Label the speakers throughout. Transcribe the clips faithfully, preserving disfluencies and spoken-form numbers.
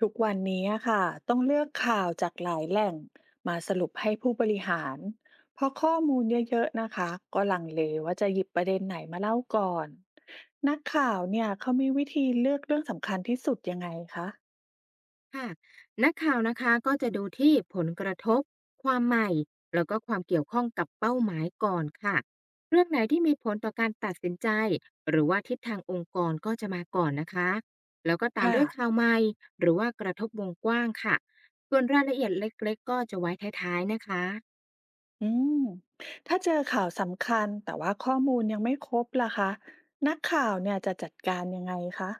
Speaker 1: ทุกวันนี้อะค่ะต้องเลือกข่าวจากหลายแหล่งมาสรุปให้ผู้บริหารเพราะข้อมูลเยอะๆนะคะก็ลังเลว่าจะหยิบประเด็นไหนมาเล่าก่อนนักข่าวเนี่ยเขามีวิธีเลือกเรื่องสำคัญที่สุดยังไงคะ
Speaker 2: ค่ะนักข่าวนะคะก็จะดูที่ผลกระทบความใหม่แล้วก็ความเกี่ยวข้องกับเป้าหมายก่อนค่ะเรื่องไหนที่มีผลต่อการตัดสินใจหรือว่าทิศทางองค์กรก็จะมาก่อนนะคะ แล้วก็ตาม
Speaker 1: ค่ะ
Speaker 2: ด้วยข่าวใหม่ หรือว่ากระทบวงกว้างค่ะส่วนรายละเอียดเล็กๆก็จะไว้ท้ายๆนะคะ
Speaker 1: อืมถ้าเจอข่าวสำคัญแต่ว่าข้อมูลยังไม่ครบล่ะคะนักข่าวเนี่ยจะจัดการยังไงคะ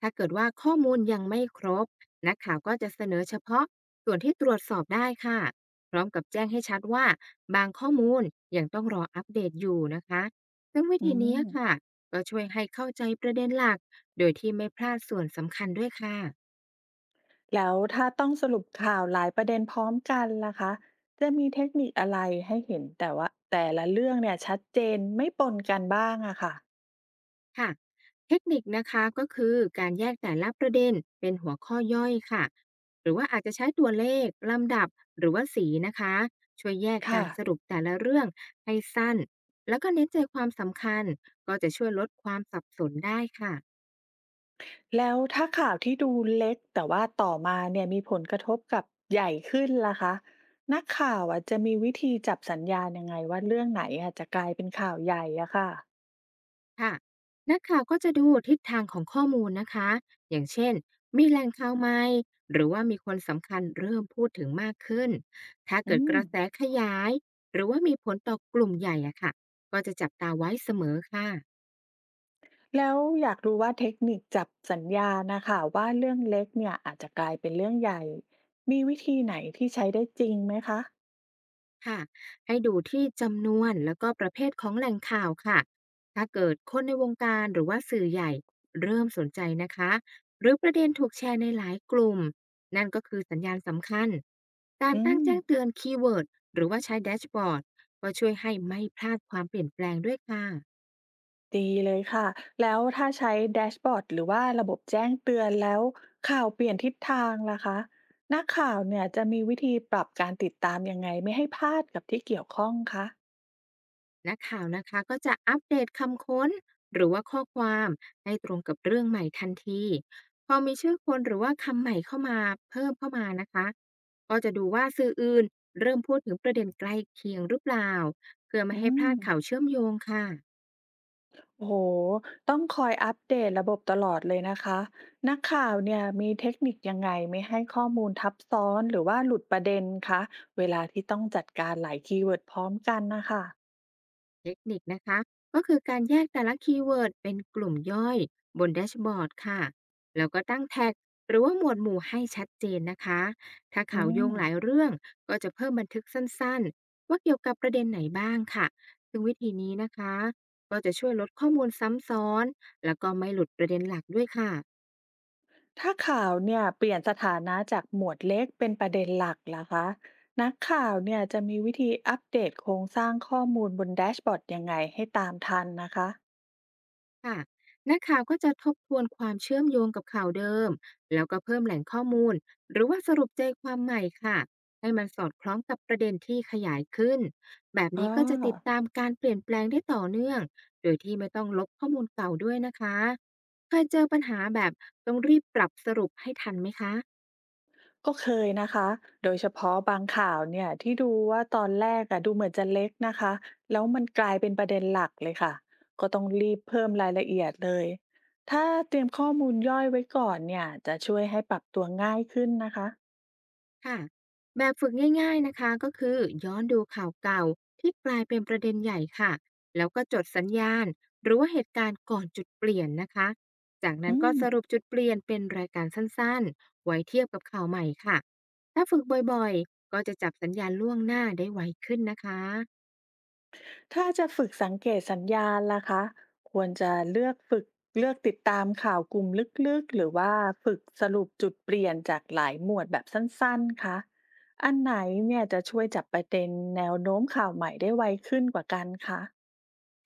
Speaker 2: ถ้าเกิดว่าข้อมูลยังไม่ครบนักข่าวก็จะเสนอเฉพาะส่วนที่ตรวจสอบได้ค่ะพร้อมกับแจ้งให้ชัดว่าบางข้อมูลยังต้องรออัปเดตอยู่นะคะซึ่งวิ
Speaker 1: อื
Speaker 2: ธีนี้
Speaker 1: ม
Speaker 2: ค่ะก็ช่วยให้เข้าใจประเด็นหลักโดยที่ไม่พลาดส่วนสำคัญด้วยค่ะ
Speaker 1: แล้วถ้าต้องสรุปข่าวหลายประเด็นพร้อมกันล่ะคะจะมีเทคนิคอะไรให้เห็นแต่ว่าแต่ละเรื่องเนี่ยชัดเจนไม่ปนกันบ้างอะค่ะ
Speaker 2: ค่ะเทคนิคนะคะก็คือการแยกแต่ละประเด็นเป็นหัวข้อย่อยค่ะหรือว่าอาจจะใช้ตัวเลขลำดับหรือว่าสีนะคะช่วยแยกกา
Speaker 1: ค่ะ
Speaker 2: รสรุปแต่ละเรื่องให้สั้นแล้วก็เน้นใจความสำคัญก็จะช่วยลดความสับสนได้ค่ะ
Speaker 1: แล้วถ้าข่าวที่ดูเล็กแต่ว่าต่อมาเนี่ยมีผลกระทบกับใหญ่ขึ้นล่ะคะนักข่าวอะจะมีวิธีจับสัญญาณยังไงว่าเรื่องไหนอะจะกลายเป็นข่าวใหญ่อะค่ะ
Speaker 2: ค่ะนักข่าวก็จะดูทิศทางของข้อมูลนะคะอย่างเช่น มีแหล่งข่าวใหม่หรือว่ามีคนสำคัญเริ่มพูดถึงมากขึ้น ถ้า
Speaker 1: อื
Speaker 2: เกิดก
Speaker 1: ม
Speaker 2: ระแสขยาย หรือว่ามีผลต่อกลุ่มใหญ่อะค่ะก็จะจับตาไว้เสมอค่ะ
Speaker 1: แล้วอยากรู้ว่าเทคนิคจับสัญญาณนะคะว่าเรื่องเล็กเนี่ยอาจจะกลายเป็นเรื่องใหญ่มีวิธีไหนที่ใช้ได้จริงไหมคะ
Speaker 2: ค่ะให้ดูที่จำนวนแล้วก็ประเภทของแหล่งข่าวค่ะ ถ้าเกิดคนในวงการหรือว่าสื่อใหญ่เริ่มสนใจนะคะ หรือประเด็นถูกแชร์ในหลายกลุ่ม นั่นก็คือสัญญาณสำคัญ การ
Speaker 1: อื
Speaker 2: ตั้ง
Speaker 1: ม
Speaker 2: แจ้งเตือนคีย์เวิร์ดหรือว่าใช้แดชบอร์ดก็ช่วยให้ไม่พลาดความเปลี่ยนแปลงด้วยค่ะ
Speaker 1: ดีเลยค่ะแล้วถ้าใช้แดชบอร์ดหรือว่าระบบแจ้งเตือนแล้วข่าวเปลี่ยนทิศทางล่ะคะนักข่าวเนี่ยจะมีวิธีปรับการติดตามยังไงไม่ให้พลาดกับที่เกี่ยวข้องคะ
Speaker 2: นักข่าวนะคะก็จะอัปเดตคำค้นหรือว่าข้อความให้ตรงกับเรื่องใหม่ทันทีพอมีชื่อคนหรือว่าคำใหม่เข้ามาเพิ่มเข้ามานะคะก็จะดูว่าสื่ออื่นเริ่มพูดถึงประเด็นใกล้เคียงหรือเปล่าเพื่อไม่
Speaker 1: อื
Speaker 2: ให้พ
Speaker 1: ม
Speaker 2: ลาดข่าวเชื่อมโยงค่ะ
Speaker 1: โอ้โฮต้องคอยอัปเดตระบบตลอดเลยนะคะ นักข่าวเนี่ยมีเทคนิคยังไงไม่ให้ข้อมูลทับซ้อนหรือว่าหลุดประเด็นคะ เวลาที่ต้องจัดการหลายคีย์เวิร์ดพร้อมกันนะคะ
Speaker 2: เทคนิคนะคะก็คือการแยกแต่ละคีย์เวิร์ดเป็นกลุ่มย่อยบนแดชบอร์ดค่ะแล้วก็ตั้งแท็กหรือว่าหมวดหมู่ให้ชัดเจนนะคะถ้า
Speaker 1: อื
Speaker 2: ข่าวโย
Speaker 1: ม
Speaker 2: งหลายเรื่องก็จะเพิ่มบันทึกสั้นๆว่าเกี่ยวกับประเด็นไหนบ้างค่ะซึ่งวิธีนี้นะคะก็จะช่วยลดข้อมูลซ้ำซ้อนแล้วก็ไม่หลุดประเด็นหลักด้วยค่ะ
Speaker 1: ถ้าข่าวเนี่ยเปลี่ยนสถานะจากหมวดเล็กเป็นประเด็นหลักล่ะคะ นักข่าวเนี่ยจะมีวิธีอัปเดตโครงสร้างข้อมูลบนแดชบอร์ดยังไงให้ตามทันนะคะ
Speaker 2: ค่ะนักข่าวก็จะทบทวนความเชื่อมโยงกับข่าวเดิมแล้วก็เพิ่มแหล่งข้อมูลหรือว่าสรุปใจความใหม่ค่ะให้มันสอดคล้องกับประเด็นที่ขยายขึ้นแบบ
Speaker 1: อ๋อ
Speaker 2: นี้ก็จะติดตามการเปลี่ยนแปลงได้ต่อเนื่องโดยที่ไม่ต้องลบข้อมูลเก่าด้วยนะคะเคยเจอปัญหาแบบต้องรีบปรับสรุปให้ทันไหมคะ
Speaker 1: ก็เคยนะคะ โดยเฉพาะบางข่าวเนี่ยที่ดูว่าตอนแรกอะดูเหมือนจะเล็กนะคะ แล้วมันกลายเป็นประเด็นหลักเลยค่ะ ก็ต้องรีบเพิ่มรายละเอียดเลย ถ้าเตรียมข้อมูลย่อยไว้ก่อนเนี่ยจะช่วยให้ปรับตัวง่ายขึ้นนะคะ
Speaker 2: ค่ะแบบฝึกง่ายๆนะคะก็คือย้อนดูข่าวเก่าที่กลายเป็นประเด็นใหญ่ค่ะแล้วก็จดสัญญาณหรือว่าเหตุการณ์ก่อนจุดเปลี่ยนนะคะจากนั้
Speaker 1: อื
Speaker 2: นก็
Speaker 1: ม
Speaker 2: สรุปจุดเปลี่ยนเป็นรายการสั้นๆไว้เทียบกับข่าวใหม่ค่ะถ้าฝึกบ่อยๆก็จะจับสัญญาณล่วงหน้าได้ไวขึ้นนะคะ
Speaker 1: ถ้าจะฝึกสังเกตสัญญาณล่ะคะควรจะเลือกฝึกเลือกติดตามข่าวกลุ่มลึกๆหรือว่าฝึกสรุปจุดเปลี่ยนจากหลายหมวดแบบสั้นๆคะอันไหนเนี่ยจะช่วยจับประเด็นแนวโน้มข่าวใหม่ได้ไวขึ้นกว่ากันคะ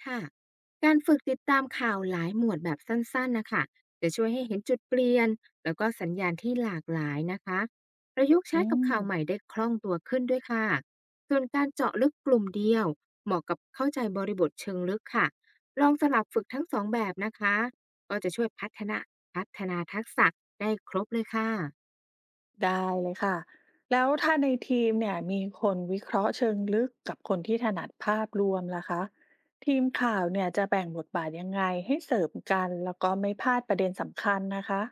Speaker 2: ค่ะการฝึกติดตามข่าวหลายหมวดแบบสั้นๆนะคะจะช่วยให้เห็นจุดเปลี่ยนแล้วก็สัญญาณที่หลากหลายนะคะประยุกต์
Speaker 1: อื
Speaker 2: ใช้กับ
Speaker 1: ม
Speaker 2: ข่าวใหม่ได้คล่องตัวขึ้นด้วยค่ะส่วนการเจาะลึกกลุ่มเดียวเหมาะกับเข้าใจบริบทเชิงลึกค่ะลองสลับฝึกทั้งสองแบบนะคะก็จะช่วยพัฒนาพัฒนาทักษะได้ครบเลยค่ะ
Speaker 1: ได้เลยค่ะแล้วถ้าในทีมเนี่ยมีคนวิเคราะห์เชิงลึกกับคนที่ถนัดภาพรวมล่ะคะทีมข่าวเนี่ยจะแบ่งบทบาทยังไงให้เสริมกันแล้วก็ไม่พลาดประเด็นสำคัญนะคะ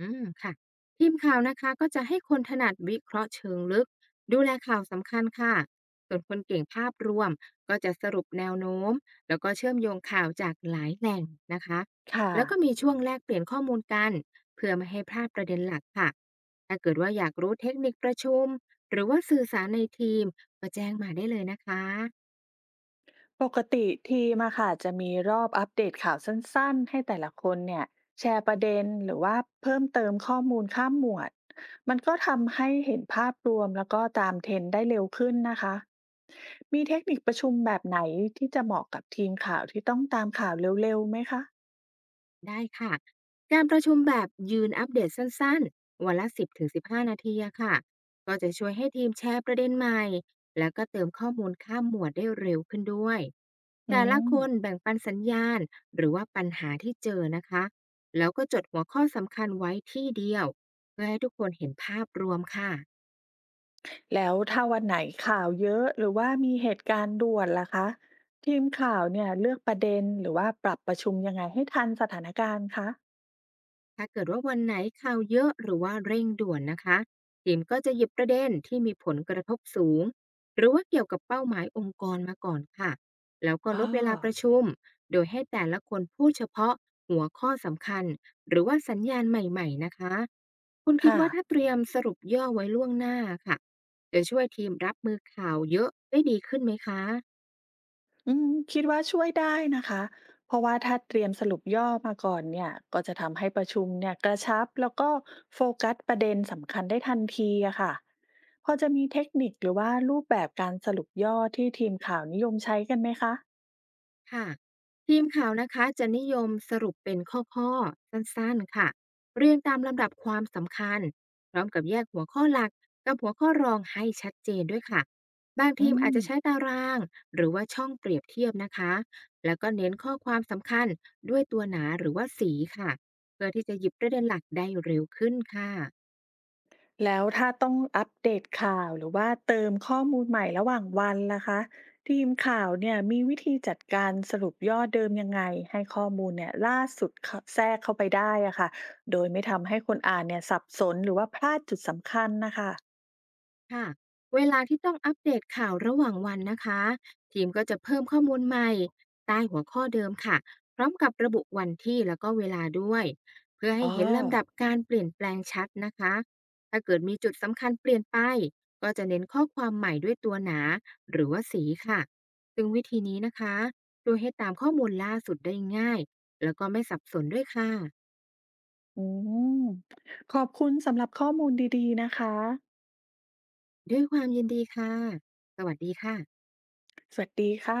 Speaker 2: อืมค่ะทีมข่าวนะคะก็จะให้คนถนัดวิเคราะห์เชิงลึกดูแลข่าวสำคัญค่ะส่วนคนเก่งภาพรวมก็จะสรุปแนวโน้มแล้วก็เชื่อมโยงข่าวจากหลายแหล่งนะคะ
Speaker 1: ค่ะ
Speaker 2: แล้วก็มีช่วงแลกเปลี่ยนข้อมูลกันเพื่อไม่ให้พลาดประเด็นหลักค่ะถ้าเกิดว่าอยากรู้เทคนิคประชุมหรือว่าสื่อสารในทีมก็แจ้งมาได้เลยนะคะ
Speaker 1: ปกติทีมอะค่ะจะมีรอบอัปเดตข่าวสั้นๆให้แต่ละคนเนี่ยแชร์ประเด็นหรือว่าเพิ่มเติมข้อมูลข้ามหมวดมันก็ทำให้เห็นภาพรวมแล้วก็ตามเทรนด์ได้เร็วขึ้นนะคะมีเทคนิคประชุมแบบไหนที่จะเหมาะกับทีมข่าวที่ต้องตามข่าวเร็วๆไหมคะ
Speaker 2: ได้ค่ะการประชุมแบบยืนอัปเดตสั้นๆ วันละสิบถึงสิบห้านาทีอะค่ะ ก็จะช่วยให้ทีมแชร์ประเด็นใหม่แล้วก็เติมข้อมูลข้ามหมวดได้เร็วขึ้นด้วย
Speaker 1: อื
Speaker 2: แต่ละ
Speaker 1: ม
Speaker 2: คนแบ่งปันสัญญาณหรือว่าปัญหาที่เจอนะคะ แล้วก็จดหัวข้อสำคัญไว้ที่เดียวเพื่อให้ทุกคนเห็นภาพรวมค่ะ
Speaker 1: แล้วถ้าวันไหนข่าวเยอะหรือว่ามีเหตุการณ์ด่วนล่ะคะทีมข่าวเนี่ยเลือกประเด็นหรือว่าปรับประชุมยังไงให้ทันสถานการณ์คะ
Speaker 2: ถ้าเกิดว่าวันไหนข่าวเยอะหรือว่าเร่งด่วนนะคะทีมก็จะหยิบประเด็นที่มีผลกระทบสูงหรือว่าเกี่ยวกับเป้าหมายองค์กรมาก่อนค่ะแล้วก็
Speaker 1: อ๋
Speaker 2: ล
Speaker 1: อ
Speaker 2: ดเวลาประชุมโดยให้แต่ละคนพูดเฉพาะหัวข้อสำคัญหรือว่าสัญญาณใหม่ๆนะคะคุณคิด
Speaker 1: ค่ะ
Speaker 2: ว่าถ้าเตรียมสรุปย่อไว้ล่วงหน้าค่ะจะช่วยทีมรับมือข่าวเยอะได้ดีขึ้นไหมคะ
Speaker 1: อืมคิดว่าช่วยได้นะคะ เพราะว่าถ้าเตรียมสรุปย่อมาก่อนเนี่ย ก็จะทำให้ประชุมเนี่ยกระชับแล้วก็โฟกัสประเด็นสำคัญได้ทันทีอะค่ะพอจะมีเทคนิคหรือว่ารูปแบบการสรุปย่อที่ทีมข่าวนิยมใช้กันไหมคะ
Speaker 2: ค่ะทีมข่าวนะคะจะนิยมสรุปเป็นข้อๆสั้นๆค่ะเรียงตามลำดับความสำคัญพร้อมกับแยกหัวข้อหลักกับหัวข้อรองให้ชัดเจนด้วยค่ะบาง
Speaker 1: อื
Speaker 2: ทีมอาจ
Speaker 1: ม
Speaker 2: จะใช้ตารางหรือว่าช่องเปรียบเทียบนะคะแล้วก็เน้นข้อความสำคัญด้วยตัวหนาหรือว่าสีค่ะเพื่อที่จะหยิบประเด็นหลักได้เร็วขึ้นค่ะ
Speaker 1: แล้วถ้าต้องอัปเดตข่าวหรือว่าเติมข้อมูลใหม่ระหว่างวันล่ะคะทีมข่าวเนี่ยมีวิธีจัดการสรุปย่อเดิมยังไงให้ข้อมูลเนี่ยล่าสุดเข้าแทรกเข้าไปได้อะค่ะโดยไม่ทำให้คนอ่านเนี่ยสับสนหรือว่าพลาดจุดสำคัญนะคะ
Speaker 2: ค่ะเวลาที่ต้องอัปเดตข่าวระหว่างวันนะคะทีมก็จะเพิ่มข้อมูลใหม่ใต้หัวข้อเดิมค่ะพร้อมกับระบุวันที่แล้วก็เวลาด้วยเพื่อให้
Speaker 1: อ๋อ
Speaker 2: เห็นลำดับการเปลี่ยนแปลงชัดนะคะถ้าเกิดมีจุดสำคัญเปลี่ยนไปก็จะเน้นข้อความใหม่ด้วยตัวหนาหรือว่าสีค่ะซึ่งวิธีนี้นะคะช่วยให้ตามข้อมูลล่าสุดได้ง่ายแล้วก็ไม่สับสนด้วยค่ะ
Speaker 1: อืมขอบคุณสำหรับข้อมูลดีๆนะคะ
Speaker 2: ด้วยความยินดีค่ะสวัสดีค่ะ
Speaker 1: สวัสดีค่ะ